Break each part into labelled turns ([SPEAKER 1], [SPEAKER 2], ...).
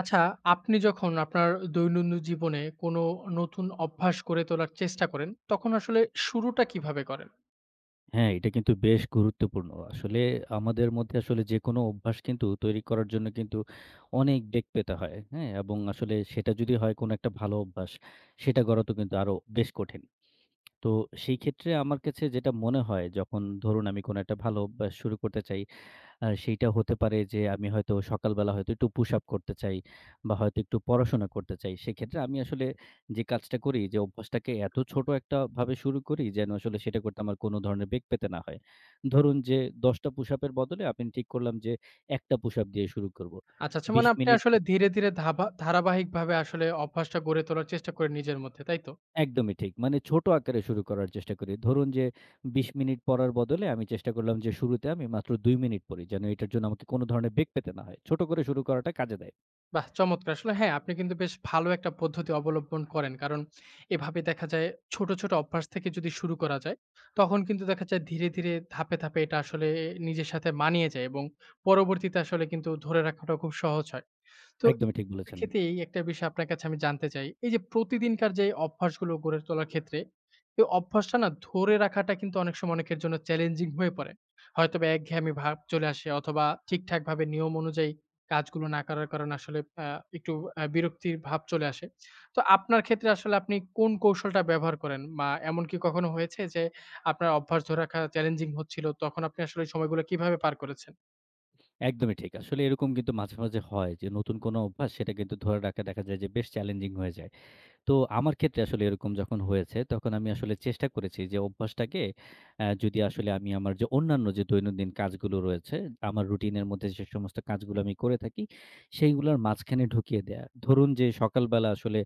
[SPEAKER 1] আচ্ছা, আপনি যখন আপনার দৈনন্দিন জীবনে কোনো নতুন অভ্যাস গড়ে তোলার চেষ্টা করেন, তখন আসলে শুরুটা কিভাবে করেন?
[SPEAKER 2] হ্যাঁ, এটা কিন্তু বেশ গুরুত্বপূর্ণ। আসলে আমাদের মধ্যে আসলে যেকোনো অভ্যাস কিন্তু তৈরি করার জন্য কিন্তু অনেক বেগ পেতে হয়। হ্যাঁ? এবং আসলে সেটা যদি হয় কোনো একটা ভালো অভ্যাস, সেটা গড়া তো কিন্তু আরো বেশ কঠিন। তো সেই ক্ষেত্রে আমার কাছে যেটা মনে হয় যখন ধরুন আমি কোনো একটা ভালো অভ্যাস শুরু করতে চাই। সেইটা হতে পারে যে আমি হয়তো সকালবেলা হয়তো একটু পুশ আপ করতে চাই বা হয়তো একটু পড়াশোনা করতে চাই। সেক্ষেত্রে আমি আসলে যে কাজটা করি যে অভ্যাসটাকে এত ছোট একটা ভাবে শুরু করি যেন আসলে সেটা করতে আমার কোনো ধরনের বেগ পেতে না হয়। ধরুন যে ১০ টা পুশ আপের বদলে আমি ঠিক করলাম যে ১ টা পুশ আপ দিয়ে শুরু করব।
[SPEAKER 1] আচ্ছা, আচ্ছা
[SPEAKER 2] ২০
[SPEAKER 1] মানে আপনি
[SPEAKER 2] মিনিট প
[SPEAKER 1] আসলে ধীরে, ধীরে ধারাবাহিকভাবে আসলে অভ্যাসটা গড়ে তোলার চেষ্টা করেন নিজের মধ্যে, তাই তো?
[SPEAKER 2] একদমই ঠিক। মানে ছোট আকারে শুরু করার চেষ্টা করি। ধরুন যে ২০ মিনিট পড়ার বদলে আমি চেষ্টা করলাম যে শুরুতে আমি মাত্র ২ মিনিট পড়ি। যেন এটার জন্য আমাকে কোনো ধরনের বেগ পেতে না হয়। ছোট করে শুরু করাটা কাজে দেয়।
[SPEAKER 1] বাহ! চমৎকার। আসলে হ্যাঁ, আপনি কিন্তু বেশ ভালো একটা পদ্ধতি অবলম্বন করেন। কারণ এভাবে দেখা যায় ছোট, ছোট অভ্যাস থেকে যদি শুরু করা যায়, তখন কিন্তু দেখা যায় ধীরে, ধীরে ধাপে, ধাপে এটা আসলে নিজের সাথে মানিয়ে যায় এবং পরবর্তীতে আসলে কিন্তু ধরে রাখাটা খুব সহজ হয়। তো
[SPEAKER 2] একদমই ঠিক বলেছেন।
[SPEAKER 1] এক্ষেত্রে এই একটা বিষয় আপনার কাছে আমি জানতে চাই। এই যে প্রতিদিনকার যে অভ্যাসগুলো গড়ে তোলার ক্ষেত্রে, এই অভ্যাসটা না ধরে রাখাটা কিন্তু অনেক সময় অনেকের জন্য চ্যালেঞ্জিং হয়ে পড়ে। হয়তোবা একঘেয়েমি ভাব চলে আসে অথবা ঠিকঠাকভাবে নিয়ম অনুযায়ী কাজগুলো না করার কারণে আসলে আ একটু বিরক্তির ভাব চলে আসে। তো আপনার ক্ষেত্রে আসলে আপনি কোন কৌশলটা ব্যবহার করেন? বা এমন কি কখনো হয়েছে যে আপনার অভ্যাস ধরে রাখা চ্যালেঞ্জিং হচ্ছিল, তখন আপনি আসলে ওই সময়গুলো কিভাবে পার করেছেন?
[SPEAKER 2] একদমই ঠিক। আসলে এরকম কিন্তু মাঝে, মাঝে হয় যে নতুন কোনো অভ্যাস সেটা কিন্তু ধরে রাখা দেখা যায় যে বেশ চ্যালেঞ্জিং হয়ে যায়। তো আমার ক্ষেত্রে আসলে এরকম যখন হয়েছে, তখন আমি আসলে চেষ্টা করেছি যে অভ্যাসটাকে যদি আসলে আমি আমার যে অন্যান্য যে দৈনন্দিন কাজগুলো রয়েছে, আমার রুটিনের মধ্যে যে সমস্ত কাজগুলো আমি করে থাকি, সেইগুলোর মাঝখানে ঢুকিয়ে দেয়া। ধরুন যে সকালবেলা আসলে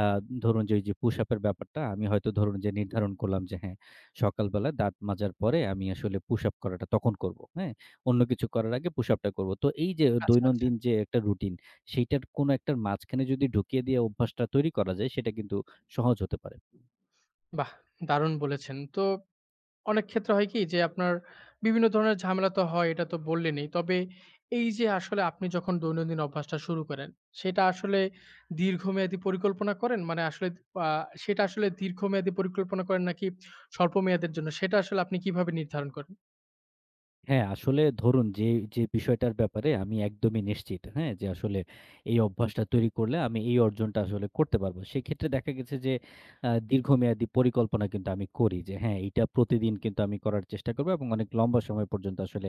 [SPEAKER 2] আ ধরুন যে ওইযে push up এর ব্যাপারটা আমি হয়তো ধরুন যে নির্ধারণ করলাম যে হ্যাঁ, সকালবেলা দাঁত মাজার পরে আমি আসলে push up করাটা তখন করব। হ্যাঁ? অন্য কিছু করার আগে push up টা করব। তো এই যে
[SPEAKER 1] আচ্ছা, আচ্ছা।
[SPEAKER 2] দৈনন্দিন যে একটা রুটিন সেইটার কোনো একটার মাঝখানে যদি ঢুকিয়ে দিয়ে অভ্যাসটা তৈরি করা যায়, সেটা কিন্তু সহজ হতে পারে।
[SPEAKER 1] বাহ! দারুণ বলেছেন। তো অনেক ক্ষেত্রে হয় কি যে আপনার বিভিন্ন ধরনের ঝামেলা তো হয়, এটা তো বললেনই। তবে এই যে আসলে আপনি যখন দৈনন্দিন অভ্যাসটা শুরু করেন, সেটা আসলে দীর্ঘমেয়াদী পরিকল্পনা করেন? মানে আসলে আ সেটা আসলে দীর্ঘমেয়াদী পরিকল্পনা করেন নাকি স্বল্প মেয়াদের জন্য সেটা আসলে আপনি কিভাবে নির্ধারণ করেন?
[SPEAKER 2] হ্যাঁ, আসলে ধরুন যে, বিষয়টার ব্যাপারে আমি একদমই নিশ্চিত, হ্যাঁ? যে আসলে এই অভ্যাসটা তৈরি করলে আমি এই অর্জনটা আসলে করতে পারবো। সেক্ষেত্রে দেখা গেছে যে দীর্ঘমেয়াদী পরিকল্পনা কিন্তু আমি করি যে হ্যাঁ, এইটা প্রতিদিন কিন্তু আমি করার চেষ্টা করব এবং অনেক লম্বা সময় পর্যন্ত আসলে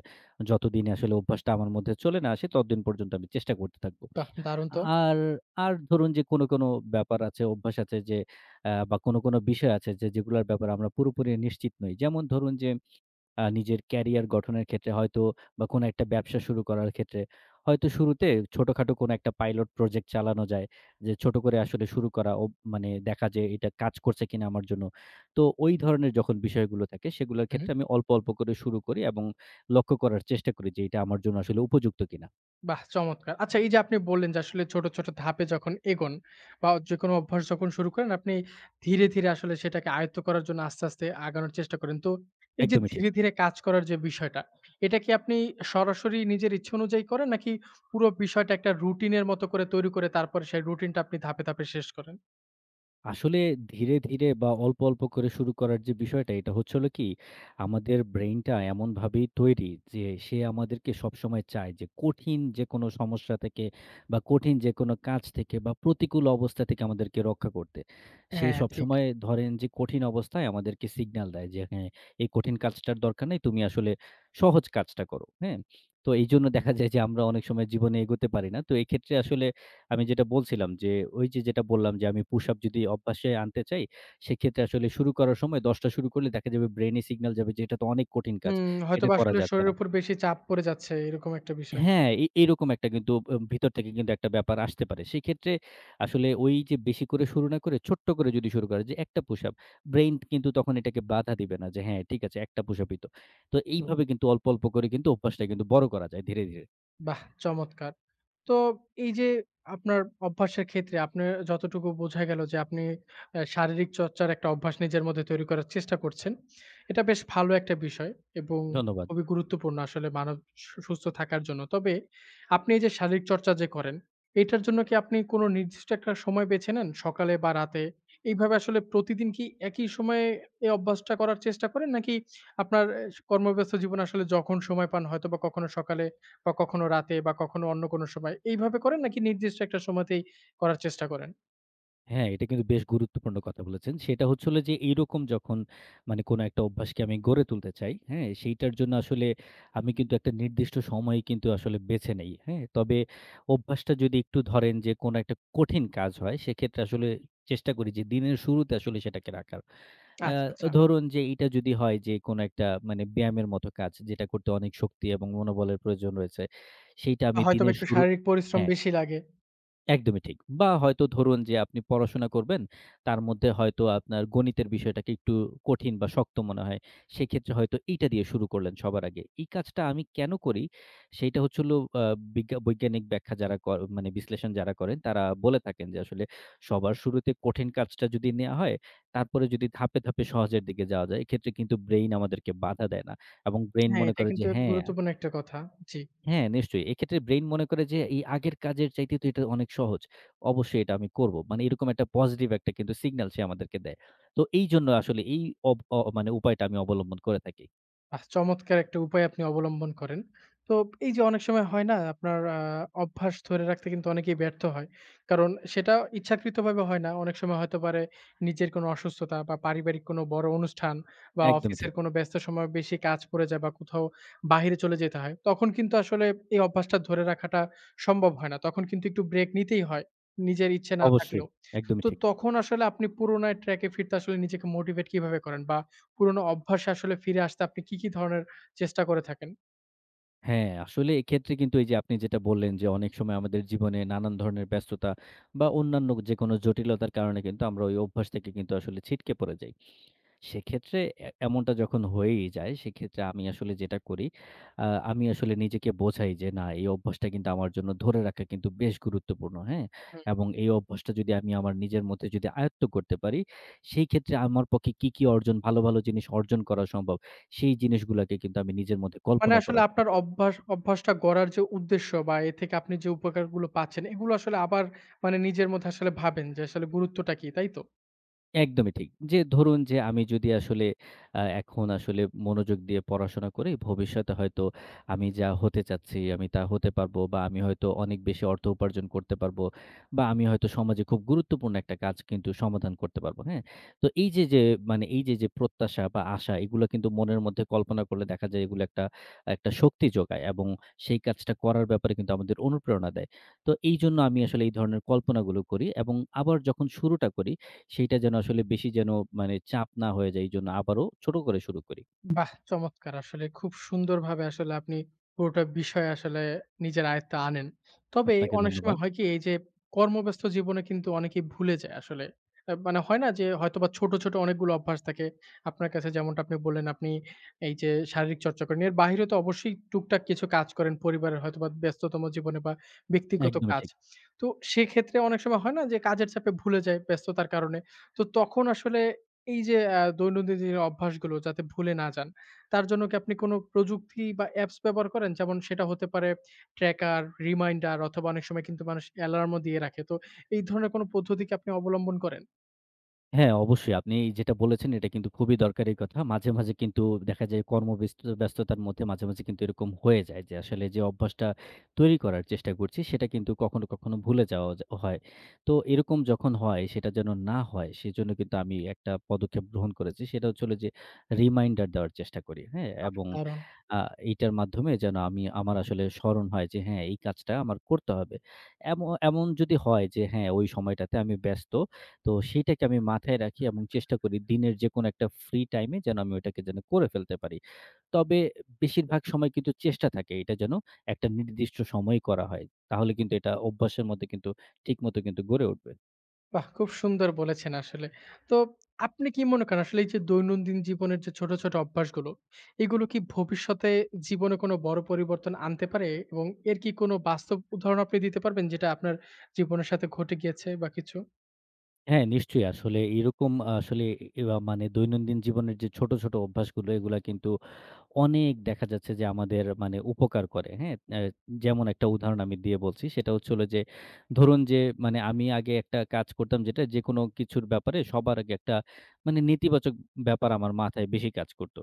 [SPEAKER 2] যতদিনে আসলে অভ্যাসটা আমার মধ্যে চলে না আসে, ততদিন পর্যন্ত আমি চেষ্টা করতে থাকব।
[SPEAKER 1] বাহ! দারুণ তো।
[SPEAKER 2] আর, আর ধরুন যে কোনো, কোনো ব্যাপার আছে, অভ্যাস আছে যে বা কোনো, কোনো বিষয় আছে যে যেগুলার ব্যাপারে আমরা পুরোপুরি নিশ্চিত নই। যেমন ধরুন যে নিজের ক্যারিয়ার গঠনের ক্ষেত্রে হয়তো বা কোনো একটা ব্যবসা শুরু করার ক্ষেত্রে হয়তো শুরুতে ছোটখাটো কোনো একটা পাইলট প্রজেক্ট চালানো যায়। যে ছোট করে আসলে শুরু করা ও মানে দেখা যে এটা কাজ করছে কিনা আমার জন্য। তো ওই ধরনের যখন বিষয়গুলো থাকে সেগুলোর
[SPEAKER 1] হু।
[SPEAKER 2] ক্ষেত্রে আমি অল্প, অল্প করে শুরু করি এবং লক্ষ্য করার চেষ্টা করি যে এটা আমার জন্য আসলে উপযুক্ত কিনা।
[SPEAKER 1] বাহ! চমৎকার। আচ্ছা এই যে আপনি বললেন যে আসলে ছোট, ছোট ধাপে যখন এগোন বা যেকোনো অভ্যাস যখন শুরু করেন আপনি ধীরে, ধীরে আসলে সেটাকে আয়ত্ত করার জন্য আস্তে, আস্তে আগানোর চেষ্টা করেন। তো এই যে
[SPEAKER 2] একদমই ঠিক।
[SPEAKER 1] ধীরে, ধীরে কাজ করার যে বিষয়টা, এটা কি আপনি সরাসরি নিজের ইচ্ছে অনুযায়ী করেন নাকি পুরো বিষয়টা একটা রুটিনের মতো করে তৈরি করে তারপরে সেই রুটিনটা আপনি ধাপে, ধাপে শেষ করেন?
[SPEAKER 2] আসলে ধীরে, ধীরে বা অল্প, অল্প করে শুরু করার যে বিষয়টা, এটা হচ্ছে হলো কি, আমাদের ব্রেইনটা এমনভাবেই তৈরি যে সে আমাদেরকে সবসময় চায় যে কঠিন যেকোনো সমস্যা থেকে বা কঠিন যেকোনো কাজ থেকে বা প্রতিকূল অবস্থা থেকে আমাদেরকে রক্ষা করতে। সে
[SPEAKER 1] হ্যাঁ, ঠিক।
[SPEAKER 2] সবসময় ধরেন যে কঠিন অবস্থায় আমাদেরকে সিগন্যাল দেয় যে, "হ্যাঁ, এই কঠিন কাজটার দরকার নেই। তুমি আসলে সহজ কাজটা করো।" হ্যাঁ? তো এইজন্য দেখা যায় যে আমরা অনেক সময় জীবনে এগোতে পারি না। তো এক্ষেত্রে আসলে আমি যেটা বলছিলাম যে, ওই যে যেটা বললাম যে, আমি পুশ-আপ যদি অভ্যাসে আনতে চাই, সেক্ষেত্রে আসলে শুরু করার সময় ১০ টা শুরু করলে দেখা যাবে ব্রেইনে সিগন্যাল যাবে যে, এটা তো অনেক কঠিন কাজ।
[SPEAKER 1] হুম,
[SPEAKER 2] এটা
[SPEAKER 1] হয়তোবা
[SPEAKER 2] করা
[SPEAKER 1] আসলে
[SPEAKER 2] যাচ্ছে না।
[SPEAKER 1] শরীরের উপর বেশি চাপ পড়ে যাচ্ছে এরকম একটা বিষয়।
[SPEAKER 2] হ্যাঁ, এই এইরকম একটা কিন্তু ভিতর থেকে কিন্তু একটা ব্যাপার আসতে পারে। সেক্ষেত্রে আসলে ওই যে বেশি করে শুরু না করে, ছোট্ট করে যদি শুরু করা যে, একটা পুশ-আপ, ব্রেইন কিন্তু তখন এটাকে বাধা দিবে না যে, হ্যাঁ, ঠিক আছে, একটা পুশ-আপই তো। তো এইভাবে কিন্তু অল্প, অল্প করে কিন্তু অভ্যাসটা কিন্তু বড় করা যায় ধীরে, ধীরে।
[SPEAKER 1] বাহ! চমৎকার। তো এই যে আপনার অভ্যাসের ক্ষেত্রে আপনার যতটুকু বোঝা গেল যে আপনি শারীরিক চর্চার একটা অভ্যাস নিজের মধ্যে তৈরি করার চেষ্টা করছেন। এটা বেশ ভালো একটা বিষয় এবং
[SPEAKER 2] ধন্যবাদ।
[SPEAKER 1] খুবই গুরুত্বপূর্ণ আসলে মানব সু সুস্থ থাকার জন্য। তবে আপনি এই যে শারীরিক চর্চা যে করেন, এটার জন্য কি আপনি কোনো নির্দিষ্ট একটা সময় বেছে নেন? সকালে বা রাতে? এইভাবে আসলে প্রতিদিন কি একই সময়ে এই অভ্যাসটা করার চেষ্টা করেন? নাকি আপনার কর্মব্যস্ত জীবনে আসলে যখন সময় পান হয়তোবা কখনো সকালে বা কখনো রাতে বা কখনো অন্য কোনো সময় এইভাবে করেন নাকি নির্দিষ্ট একটা সময়তেই করার চেষ্টা করেন?
[SPEAKER 2] হ্যাঁ, এটা কিন্তু বেশ গুরুত্বপূর্ণ কথা বলেছেন। সেটা হচ্ছে হলো যে এইরকম যখন মানে কোন একটা অভ্যাসকে আমি গড়ে তুলতে চাই, হ্যাঁ? সেইটার জন্য আসলে আমি কিন্তু একটা নির্দিষ্ট সময় কিন্তু আসলে বেছে নেই, হ্যাঁ? তবে অভ্যাসটা যদি একটু ধরেন যে কোন একটা কঠিন কাজ হয় সেক্ষেত্রে আসলে চেষ্টা করি যে দিনের শুরুতে আসলে সেটাকে রাখার। আ
[SPEAKER 1] আচ্ছা, আচ্ছা।
[SPEAKER 2] ধরুন যে এইটা যদি হয় যে কোন একটা মানে ব্যায়ামের মতো কাজ যেটা করতে অনেক শক্তি এবং মনোবলের প্রয়োজন রয়েছে সেইটা আমি
[SPEAKER 1] হয়তোবা
[SPEAKER 2] দিনের
[SPEAKER 1] একটু
[SPEAKER 2] শুরু
[SPEAKER 1] শারীরিক পরিশ্রম
[SPEAKER 2] হ্যাঁ।
[SPEAKER 1] বেশি লাগে।
[SPEAKER 2] একদমই ঠিক। বা হয়তো ধরুন যে আপনি পড়াশোনা করবেন, তার মধ্যে হয়তো আপনার গণিতের বিষয়টাকে একটু কঠিন বা শক্ত মনে হয়। সেক্ষেত্রে হয়তো এইটা দিয়ে শুরু করলেন সবার আগে। এই কাজটা আমি কেন করি? সেইটা হচ্ছে হলো বৈজ্ঞানিক ব্যাখ্যা যারা মানে বিশ্লেষণ যারা করেন তারা বলে থাকেন যে আসলে সবার শুরুতে কঠিন কাজটা যদি নেয়া হয়, তারপরে যদি ধাপে, ধাপে সহজের দিকে যাওয়া যায়, এক্ষেত্রে কিন্তু ব্রেইন আমাদেরকে বাধা দেয় না। এবং ব্রেইন
[SPEAKER 1] হ্যাঁ,
[SPEAKER 2] মনে
[SPEAKER 1] এটা
[SPEAKER 2] করে যে
[SPEAKER 1] কিন্তু
[SPEAKER 2] হ্যাঁ
[SPEAKER 1] গুরুত্বপূর্ণ একটা কথা। জি।
[SPEAKER 2] হ্যাঁ, নিশ্চয়ই। এক্ষেত্রে ব্রেইন মনে করে যে এই আগের কাজের চাইতে তো এটা অনেক সহজ। অবশ্যই এটা আমি করব। মানে এরকম একটা পজিটিভ একটা কিন্তু সিগন্যাল সে আমাদেরকে দেয়। তো এইজন্য আসলে এই অব অ মানে উপায়টা আমি অবলম্বন করে থাকি।
[SPEAKER 1] আহ! চমৎকার একটা উপায় আপনি অবলম্বন করেন। তো এই যে অনেক সময় হয় না আপনার অভ্যাস ধরে রাখতে কিন্তু অনেকেই ব্যর্থ হয়। কারণ সেটা ইচ্ছাকৃতভাবে হয় না। অনেক সময় হতে পারে নিজের কোনো অসুস্থতা বা পারিবারিক কোনো বড় অনুষ্ঠান বা
[SPEAKER 2] একদমই
[SPEAKER 1] অফিসের
[SPEAKER 2] ঠিক।
[SPEAKER 1] কোনো ব্যস্ত সময় বেশি কাজ পড়ে যায় বা কোথাও বাহিরে চলে যেতে হয়। তখন কিন্তু আসলে এই অভ্যাসটা ধরে রাখাটা সম্ভব হয় না। তখন কিন্তু একটু ব্রেক নিতেই হয়। নিজের ইচ্ছে না
[SPEAKER 2] অবশ্যই।
[SPEAKER 1] থাকলেও।
[SPEAKER 2] একদমই
[SPEAKER 1] তো
[SPEAKER 2] ঠিক।
[SPEAKER 1] তখন আসলে আপনি পুরোনো ট্র্যাকে ফিরতে আসলে নিজেকে মোটিভেট কিভাবে করেন? বা পুরোনো অভ্যাসে আসলে ফিরে আসতে আপনি কি, কি ধরনের চেষ্টা করে থাকেন?
[SPEAKER 2] হ্যাঁ, আসলে এক্ষেত্রে কিন্তু এই যে আপনি যেটা বললেন যে অনেক সময় আমাদের জীবনে নানান ধরনের ব্যস্ততা বা অন্যান্য যেকোনো জটিলতার কারণে কিন্তু আমরা ওই অভ্যাস থেকে কিন্তু আসলে ছিটকে পড়ে যাই। সেক্ষেত্রে এমনটা যখন হয়েই যায়, সেক্ষেত্রে আমি আসলে যেটা করি, আ আমি আসলে নিজেকে বোঝাই যে না এই অভ্যাসটা কিন্তু আমার জন্য ধরে রাখা কিন্তু বেশ গুরুত্বপূর্ণ, হ্যাঁ?
[SPEAKER 1] হুম।
[SPEAKER 2] এবং এই অভ্যাসটা যদি আমি আমার নিজের মধ্যে যদি আয়ত্ত করতে পারি, সেই ক্ষেত্রে আমার পক্ষে কি, কি অর্জন ভালো, ভালো জিনিস অর্জন করা সম্ভব, সেই জিনিসগুলাকে কিন্তু আমি নিজের মধ্যে
[SPEAKER 1] মানে
[SPEAKER 2] কল্পনা
[SPEAKER 1] আসলে
[SPEAKER 2] করা শুরু
[SPEAKER 1] আপনার
[SPEAKER 2] করি।
[SPEAKER 1] অভ্যাসটা গড়ার যে উদ্দেশ্য বা এ থেকে আপনি যে উপকারগুলো পাচ্ছেন, এগুলো আসলে আবার মানে নিজের মধ্যে আসলে ভাবেন যে আসলে গুরুত্বটা কি, তাই তো?
[SPEAKER 2] একদমই ঠিক। যে ধরুন যে আমি যদি আসলে এখন আসলে মনোযোগ দিয়ে পড়াশোনা করি, ভবিষ্যতে হয়তো আমি যা হতে চাচ্ছি, আমি তা হতে পারবো বা আমি হয়তো অনেক বেশি অর্থ উপার্জন করতে পারবো বা আমি হয়তো সমাজে খুব গুরুত্বপূর্ণ একটা কাজ কিন্তু সমাধান করতে পারবো, হ্যাঁ? তো এই যে, যে মানে এই যে, যে প্রত্যাশা বা আশা এগুলো কিন্তু মনের মধ্যে কল্পনা করলে দেখা যায় এগুলো একটা, একটা শক্তি যোগায় এবং সেই কাজটা করার ব্যাপারে কিন্তু আমাদের অনুপ্রেরণা দেয়। তো এইজন্য আমি আসলে এই ধরনের কল্পনাগুলো করি এবং আবার যখন শুরুটা করি সেইটা যেন আসলে বেশি যেন মানে চাপ না হয়ে যায়। এইজন্য আবারও ছোট করে শুরু করি।
[SPEAKER 1] বাহ! চমৎকার। আসলে খুব সুন্দরভাবে আসলে আপনি পুরোটা বিষয় আসলে নিজের আয়ত্তে আনেন। তবে
[SPEAKER 2] আপনাকে
[SPEAKER 1] অনেক
[SPEAKER 2] ধন্যবাদ।
[SPEAKER 1] সময় হয় কি এই যে কর্মব্যস্ত জীবনে কিন্তু অনেকেই ভুলে যায় আসলে। আ মানে হয় না যে হয়তোবা ছোট, ছোট অনেকগুলো অভ্যাস থাকে। আপনার কাছে যেমনটা আপনি বললেন আপনি এই যে শারীরিক চর্চা করেন। এর বাহিরে তো অবশ্যই টুকটাক কিছু কাজ করেন পরিবারের হয়তোবা ব্যস্ততম জীবনে বা ব্যক্তিগত
[SPEAKER 2] একদমই
[SPEAKER 1] কাজ।
[SPEAKER 2] ঠিক।
[SPEAKER 1] তো সেক্ষেত্রে অনেক সময় হয় না যে কাজের চাপে ভুলে যায় ব্যস্ততার কারণে। তো তখন আসলে এই যে দৈনন্দিন যে অভ্যাসগুলো যাতে ভুলে না যান, তার জন্য কি আপনি কোনো প্রযুক্তি বা অ্যাপস ব্যবহার করেন? যেমন সেটা হতে পারে ট্র্যাকার, রিমাইন্ডার অথবা অনেক সময় কিন্তু মানুষ অ্যালার্মও দিয়ে রাখে। তো এই ধরনের কোনো পদ্ধতি কি আপনি অবলম্বন করেন?
[SPEAKER 2] হ্যাঁ, অবশ্যই। আপনি যেটা বলেছেন এটা কিন্তু খুবই দরকারি কথা। মাঝে, মাঝে কিন্তু দেখা যায় কর্মব্যস্ত ব্যস্ততার মধ্যে মাঝে, মাঝে কিন্তু এরকম হয়ে যায় যে আসলে যে অভ্যাসটা তৈরি করার চেষ্টা করছি সেটা কিন্তু কখনো, কখনো ভুলে যাওয়া যা হয়। তো এরকম যখন হয় সেটা যেন না হয় সেজন্য কিন্তু আমি একটা পদক্ষেপ গ্রহণ করেছি। সেটা হচ্ছে হলো যে রিমাইন্ডার দেওয়ার চেষ্টা করি। হ্যাঁ? এবং
[SPEAKER 1] অসাধারণ!
[SPEAKER 2] আ এইটার মাধ্যমে যেন আমি আমার আসলে স্মরণ হয় যে হ্যাঁ, এই কাজটা আমার করতে হবে। এম এমন যদি হয় যে হ্যাঁ, ওই সময়টাতে আমি ব্যস্ত তো সেইটাকে আমি মাথায় রাখি এবং চেষ্টা করি দিনের যে কোনো একটা ফ্রি টাইমে যেন আমি ওটাকে যেন করে ফেলতে পারি। তবে বেশিরভাগ সময় কিন্তু চেষ্টা থাকে এটা যেন একটা নির্দিষ্ট সময়ে করা হয়। তাহলে কিন্তু এটা অভ্যাসের মধ্যে কিন্তু ঠিকমতো কিন্তু গড়ে উঠবে।
[SPEAKER 1] বাহ! খুব সুন্দর বলেছেন আসলে। তো আপনি কি মনে করেন আসলে এই যে দৈনন্দিন জীবনের যে ছোট, ছোট অভ্যাসগুলো, এগুলো কি ভবিষ্যতে জীবনে কোনো বড় পরিবর্তন আনতে পারে? এবং এর কি কোনো বাস্তব উদাহরণ আপনি দিতে পারবেন যেটা আপনার জীবনের সাথে ঘটে গিয়েছে বা কিছু?
[SPEAKER 2] হ্যাঁ, নিশ্চয়ই আসলে এরকম আসলে এ এ- মানে দৈনন্দিন জীবনের যে ছোট, ছোট অভ্যাসগুলো এগুলা কিন্তু অনেক দেখা যাচ্ছে যে আমাদের মানে উপকার করে। হ্যাঁ? যেমন একটা উদাহরণ আমি দিয়ে বলছি সেটা হচ্ছে হলো যে, ধরুন যে মানে আমি আগে একটা কাজ করতাম যেটা যেকোনো কিছুর ব্যাপারে সবার আগে একটা মানে নেতিবাচক ব্যাপার আমার মাথায় বেশি কাজ করত।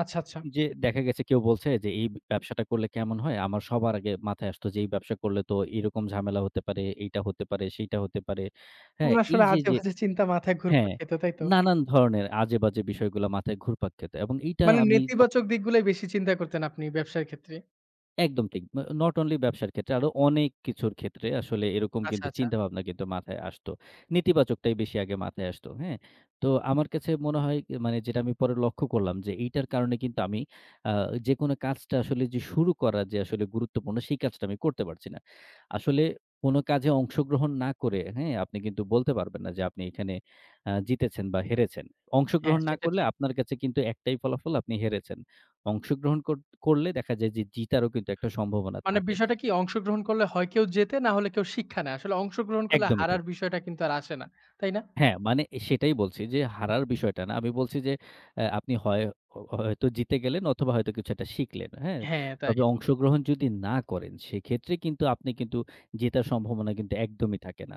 [SPEAKER 1] আচ্ছা, আচ্ছা।
[SPEAKER 2] যে দেখা গেছে কেউ বলছে যে এই ব্যবসাটা করলে কেমন হয়? আমার সবার আগে মাথায় আসতো যে এই ব্যবসা করলে তো এরকম ঝামেলা হতে পারে, এইটা হতে পারে, সেইটা হতে পারে।
[SPEAKER 1] কোন
[SPEAKER 2] হ্যাঁ? এই
[SPEAKER 1] আসলে
[SPEAKER 2] যে, যে
[SPEAKER 1] আজেবাজে চিন্তা মাথায় ঘুরপাক
[SPEAKER 2] হ্যাঁ,
[SPEAKER 1] খেত, তাই তো?
[SPEAKER 2] নানান ধরনের আজে-বাজে বিষয়গুলা মাথায় ঘুরপাক খেত এবং এইটা
[SPEAKER 1] মানে
[SPEAKER 2] আমি যখন
[SPEAKER 1] নেতিবাচক দিকগুলাই বেশি চিন্তা করতেন আপনি ব্যবসার ক্ষেত্রে।
[SPEAKER 2] একদম ঠিক। নট অনলি ব্যবসার ক্ষেত্রে আরো অনেক কিছুর ক্ষেত্রে আসলে এরকম
[SPEAKER 1] আচ্ছা,
[SPEAKER 2] কিন্তু
[SPEAKER 1] আচ্ছা।
[SPEAKER 2] চিন্তাভাবনা কিন্তু মাথায় আসতো। নেতিবাচকটাই বেশি আগে মাথায় আসতো। হ্যাঁ? তো আমার কাছে মনে হয় কি, মানে যেটা আমি পরে লক্ষ্য করলাম যে এইটার কারণে কিন্তু আমি আ যেকোনো কাজটা আসলে যে শুরু করা যে আসলে গুরুত্বপূর্ণ সেই কাজটা আমি করতে পারছি না। আসলে কোনো কাজে অংশগ্রহণ না করে, হ্যাঁ? আপনি কিন্তু বলতে পারবেন না যে আপনি এখানে জিতেছেন বা হেরেছেন।
[SPEAKER 1] হ্যাঁ,
[SPEAKER 2] অংশগ্রহণ না
[SPEAKER 1] সেটা
[SPEAKER 2] করলে
[SPEAKER 1] ঠিক।
[SPEAKER 2] আপনার কাছে কিন্তু একটাই ফলাফল আপনি হেরেছেন। অংশগ্রহণ কর করলে দেখা যায় যে জিতারও কিন্তু একটা সম্ভাবনা
[SPEAKER 1] মানে
[SPEAKER 2] থাকে।
[SPEAKER 1] বিষয়টা কি অংশগ্রহণ করলে হয় কেউ জেতে, না হলে কেউ শিক্ষা নেয়। আসলে অংশগ্রহণ করলে
[SPEAKER 2] একদমই ঠিক।
[SPEAKER 1] হারার বিষয়টা কিন্তু আর আসে না। তাই না?
[SPEAKER 2] হ্যাঁ, মানে সেটাই বলছি যে হারার বিষয়টা না। আমি বলছি যে আপনি হয় হ হয়তো জিতে গেলেন অথবা হয়তো কিছু একটা শিখলেন। হ্যাঁ?
[SPEAKER 1] হ্যাঁ, তাই
[SPEAKER 2] তবে
[SPEAKER 1] তো।
[SPEAKER 2] অংশগ্রহণ যদি না করেন সেক্ষেত্রে কিন্তু আপনি কিন্তু জেতার সম্ভাবনা কিন্তু একদমই থাকে না।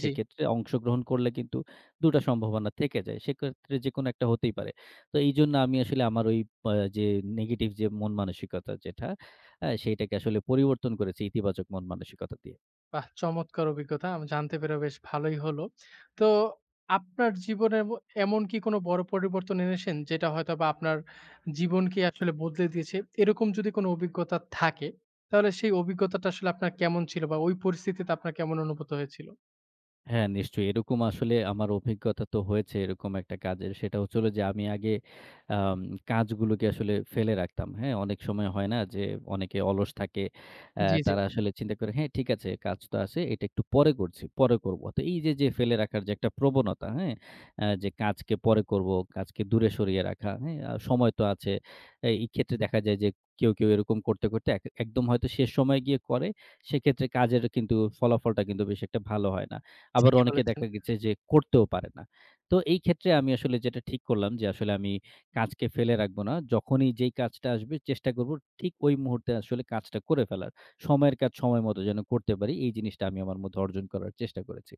[SPEAKER 1] জি।
[SPEAKER 2] সেক্ষেত্রে অংশগ্রহণ করলে কিন্তু ২ টা সম্ভাবনা থেকে যায়। সেক্ষেত্রে যেকোনো একটা হতেই পারে। তো এইজন্য আমি আসলে আমার ওই পা যে নেগেটিভ যে মন মানসিকতা যেটা, সেইটাকে আসলে পরিবর্তন করেছি ইতিবাচক মন মানসিকতা দিয়ে।
[SPEAKER 1] বাহ! চমৎকার অভিজ্ঞতা। আমি জানতে পেরে বেশ ভালোই হলো। তো আপনার জীবনে এমন কি কোনো বড় পরিবর্তন এনেছেন যেটা হয়তোবা আপনার জীবনকে আসলে বদলে দিয়েছে? এরকম যদি কোনো অভিজ্ঞতা থাকে, তাহলে সেই অভিজ্ঞতাটা আসলে আপনার কেমন ছিল বা ওই পরিস্থিতিতে আপনার কেমন অনুভূত হয়েছিল?
[SPEAKER 2] হ্যাঁ, নিশ্চয়ই। এরকম আসলে আমার অভিজ্ঞতা তো হয়েছে এরকম একটা কাজের। সেটা হচ্ছিল যে আমি আগে আম কাজগুলোকে আসলে ফেলে রাখতাম। হ্যাঁ? অনেক সময় হয় না যে অনেকে অলস থাকে।
[SPEAKER 1] জি, জি।
[SPEAKER 2] তারা আসলে চিন্তা করে, "হ্যাঁ, ঠিক আছে কাজ তো আছে। এটা একটু পরে করছি, পরে করব।" তো এই যে, যে ফেলে রাখার যে একটা প্রবণতা, হ্যাঁ? যে কাজকে পরে করব, কাজকে দূরে সরিয়ে রাখা, হ্যাঁ? সময় তো আছে। এই এই ক্ষেত্রে দেখা যায় যে কেউ, কেউ এরকম করতে, করতে একদম হয়তো শেষ সময়ে গিয়ে করে। সেক্ষেত্রে কাজের কিন্তু ফলাফলটা কিন্তু বেশ একটা ভালো হয় না। আবার
[SPEAKER 1] ঠিকই
[SPEAKER 2] অনেকে
[SPEAKER 1] বলেছেন।
[SPEAKER 2] দেখা গেছে যে করতেও পারে না। তো এই ক্ষেত্রে আমি আসলে যেটা ঠিক করলাম যে আসলে আমি কাজকে ফেলে রাখবো না। যখনই যেই কাজটা আসবে চেষ্টা করব ঠিক ওই মুহূর্তে আসলে কাজটা করে ফেলার। সময়ের কাজ সময় মতো যেন করতে পারি এই জিনিসটা আমি আমার মধ্যে অর্জন করার চেষ্টা করেছি।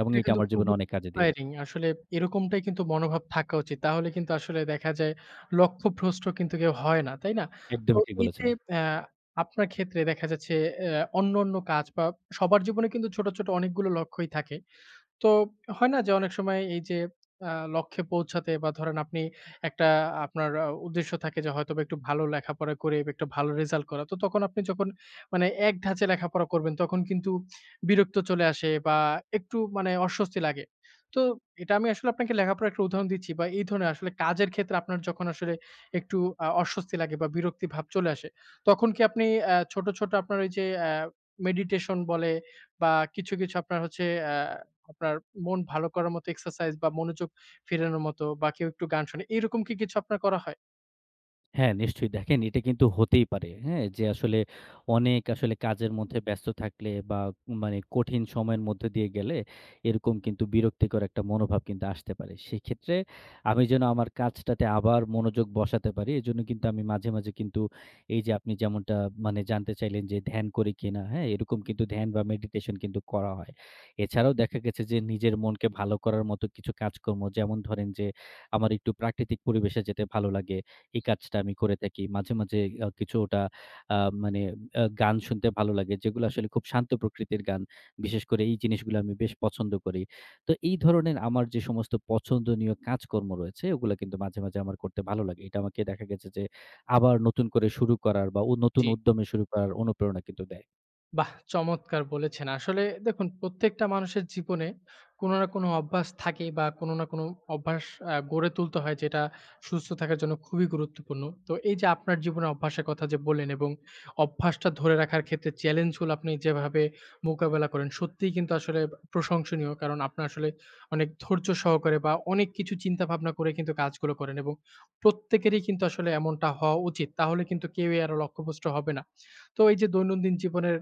[SPEAKER 2] এবং
[SPEAKER 1] এটা
[SPEAKER 2] এটা
[SPEAKER 1] কিন্তু
[SPEAKER 2] আমার জীবনে
[SPEAKER 1] খুবই
[SPEAKER 2] অনেক কাজে দিয়ে
[SPEAKER 1] ইন্সপায়ারিং। আসলে এরকমটাই কিন্তু মনোভাব থাকা উচিত। তাহলে কিন্তু আসলে দেখা যায় লক্ষ্যভ্রষ্ট কিন্তু কেউ হয় না, তাই না? তো
[SPEAKER 2] একদমই ঠিক
[SPEAKER 1] এই যে
[SPEAKER 2] বলেছেন।
[SPEAKER 1] অ্যা আপনার ক্ষেত্রে দেখা যাচ্ছে অন্য, অন্য কাজ বা সবার জীবনে কিন্তু ছোট, ছোট অনেকগুলো লক্ষ্যই থাকে। তো হয় না যে অনেক সময় এই যে লক্ষ্যে পৌঁছাতে বা ধরেন আপনি একটা আপনার উদ্দেশ্য থাকে যে হয়তোবা একটু ভালো লেখাপড়া করে বা একটু ভালো রেজাল্ট করা। তো তখন আপনি যখন মানে এক ধাঁচে লেখাপড়া করবেন তখন কিন্তু বিরক্ত চলে আসে বা একটু মানে অস্বস্তি লাগে। তো এটা আমি আসলে আপনাকে লেখাপড়ার একটা উদাহরণ দিচ্ছি বা এই ধরনের আসলে কাজের ক্ষেত্রে আপনার যখন আসলে একটু অস্বস্তি লাগে বা বিরক্তি ভাব চলে আসে, তখন কি আপনি ছোট, ছোট আপনার ওই যে মেডিটেশন বলে বা কিছু, কিছু আপনার হচ্ছে আ আপনার মন ভালো করার মতো এক্সারসাইজ বা মনোযোগ ফেরানোর মতো বা কেউ একটু গান শোনে। এরকম কি কিছু আপনার করা হয়?
[SPEAKER 2] হ্যাঁ, নিশ্চয়ই দেখেন এটা কিন্তু হতেই পারে। হ্যাঁ? যে আসলে অনেক আসলে কাজের মধ্যে ব্যস্ত থাকলে বা মানে কঠিন সময়ের মধ্যে দিয়ে গেলে এরকম কিন্তু বিরক্তিকর একটা মনোভাব কিন্তু আসতে পারে। সেক্ষেত্রে আমি যেন আমার কাজটাতে আবার মনোযোগ বসাতে পারি এজন্য কিন্তু আমি মাঝে, মাঝে কিন্তু এই যে আপনি যেমনটা মানে জানতে চাইলেন যে ধ্যান করি কিনা? হ্যাঁ? এরকম কিন্তু ধ্যান বা মেডিটেশন কিন্তু করা হয়। এছাড়াও দেখা গেছে যে নিজের মনকে ভালো করার মতো কিছু কাজকর্ম যেমন ধরেন যে আমার একটু প্রাকৃতিক পরিবেশে যেতে ভালো লাগে। এই কাজটা আমি করে থাকি। মাঝে, মাঝে কিছুটা আ মানে গান শুনতে ভালো লাগে, যেগুলো আসলে খুব শান্ত প্রকৃতির গান। বিশেষ করে এই জিনিসগুলো আমি বেশ পছন্দ করি। তো এই ধরনের আমার যে সমস্ত পছন্দনীয় কাজকর্ম রয়েছে, ওগুলা কিন্তু মাঝে, মাঝে আমার করতে ভালো লাগে। এটা আমাকে দেখা গেছে যে আবার নতুন করে শুরু করার বা ও নতুন
[SPEAKER 1] জি,
[SPEAKER 2] উদ্যমে শুরু করার অনুপ্রেরণা কিন্তু দেয়।
[SPEAKER 1] বাহ! চমৎকার বলেছেন। আসলে দেখুন প্রত্যেকটা মানুষের জীবনে কোনো না কোনো অভ্যাস থাকেই বা কোনো না কোনো অভ্যাস গড়ে তুলতে হয় যেটা সুস্থ থাকার জন্য খুবই গুরুত্বপূর্ণ। তো এই যে আপনার জীবনে অভ্যাসের কথা যে বললেন এবং অভ্যাসটা ধরে রাখার ক্ষেত্রে চ্যালেঞ্জগুলো আপনি যেভাবে মোকাবেলা করেন সত্যিই কিন্তু আসলে প্রশংসনীয়। কারণ আপনার আসলে অনেক ধৈর্য সহকারে বা অনেক কিছু চিন্তাভাবনা করে কিন্তু কাজগুলো করেন এবং প্রত্যেকেরই কিন্তু আসলে এমনটা হওয়া উচিত। তাহলে কিন্তু কেউই আরো লক্ষ্যভ্রষ্ট হবে না। তো এই যে দৈনন্দিন জীবনের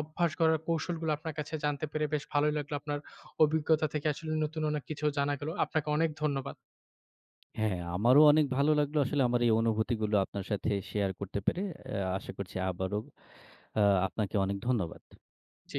[SPEAKER 1] অভ্যাস গড়ার কৌশলগুলো আপনার কাছে জানতে পেরে বেশ ভালোই লাগলো। আপনার অভিজ্ঞতা থেকে আসলে নতুন অনেক কিছু জানা গেল। আপনাকে অনেক ধন্যবাদ।
[SPEAKER 2] হ্যাঁ, আমারও অনেক ভালো লাগলো আসলে আমার এই অনুভূতিগুলো আপনার সাথে শেয়ার করতে পেরে। আশা করছি আবারও আ আপনাকে অনেক ধন্যবাদ।
[SPEAKER 1] জি।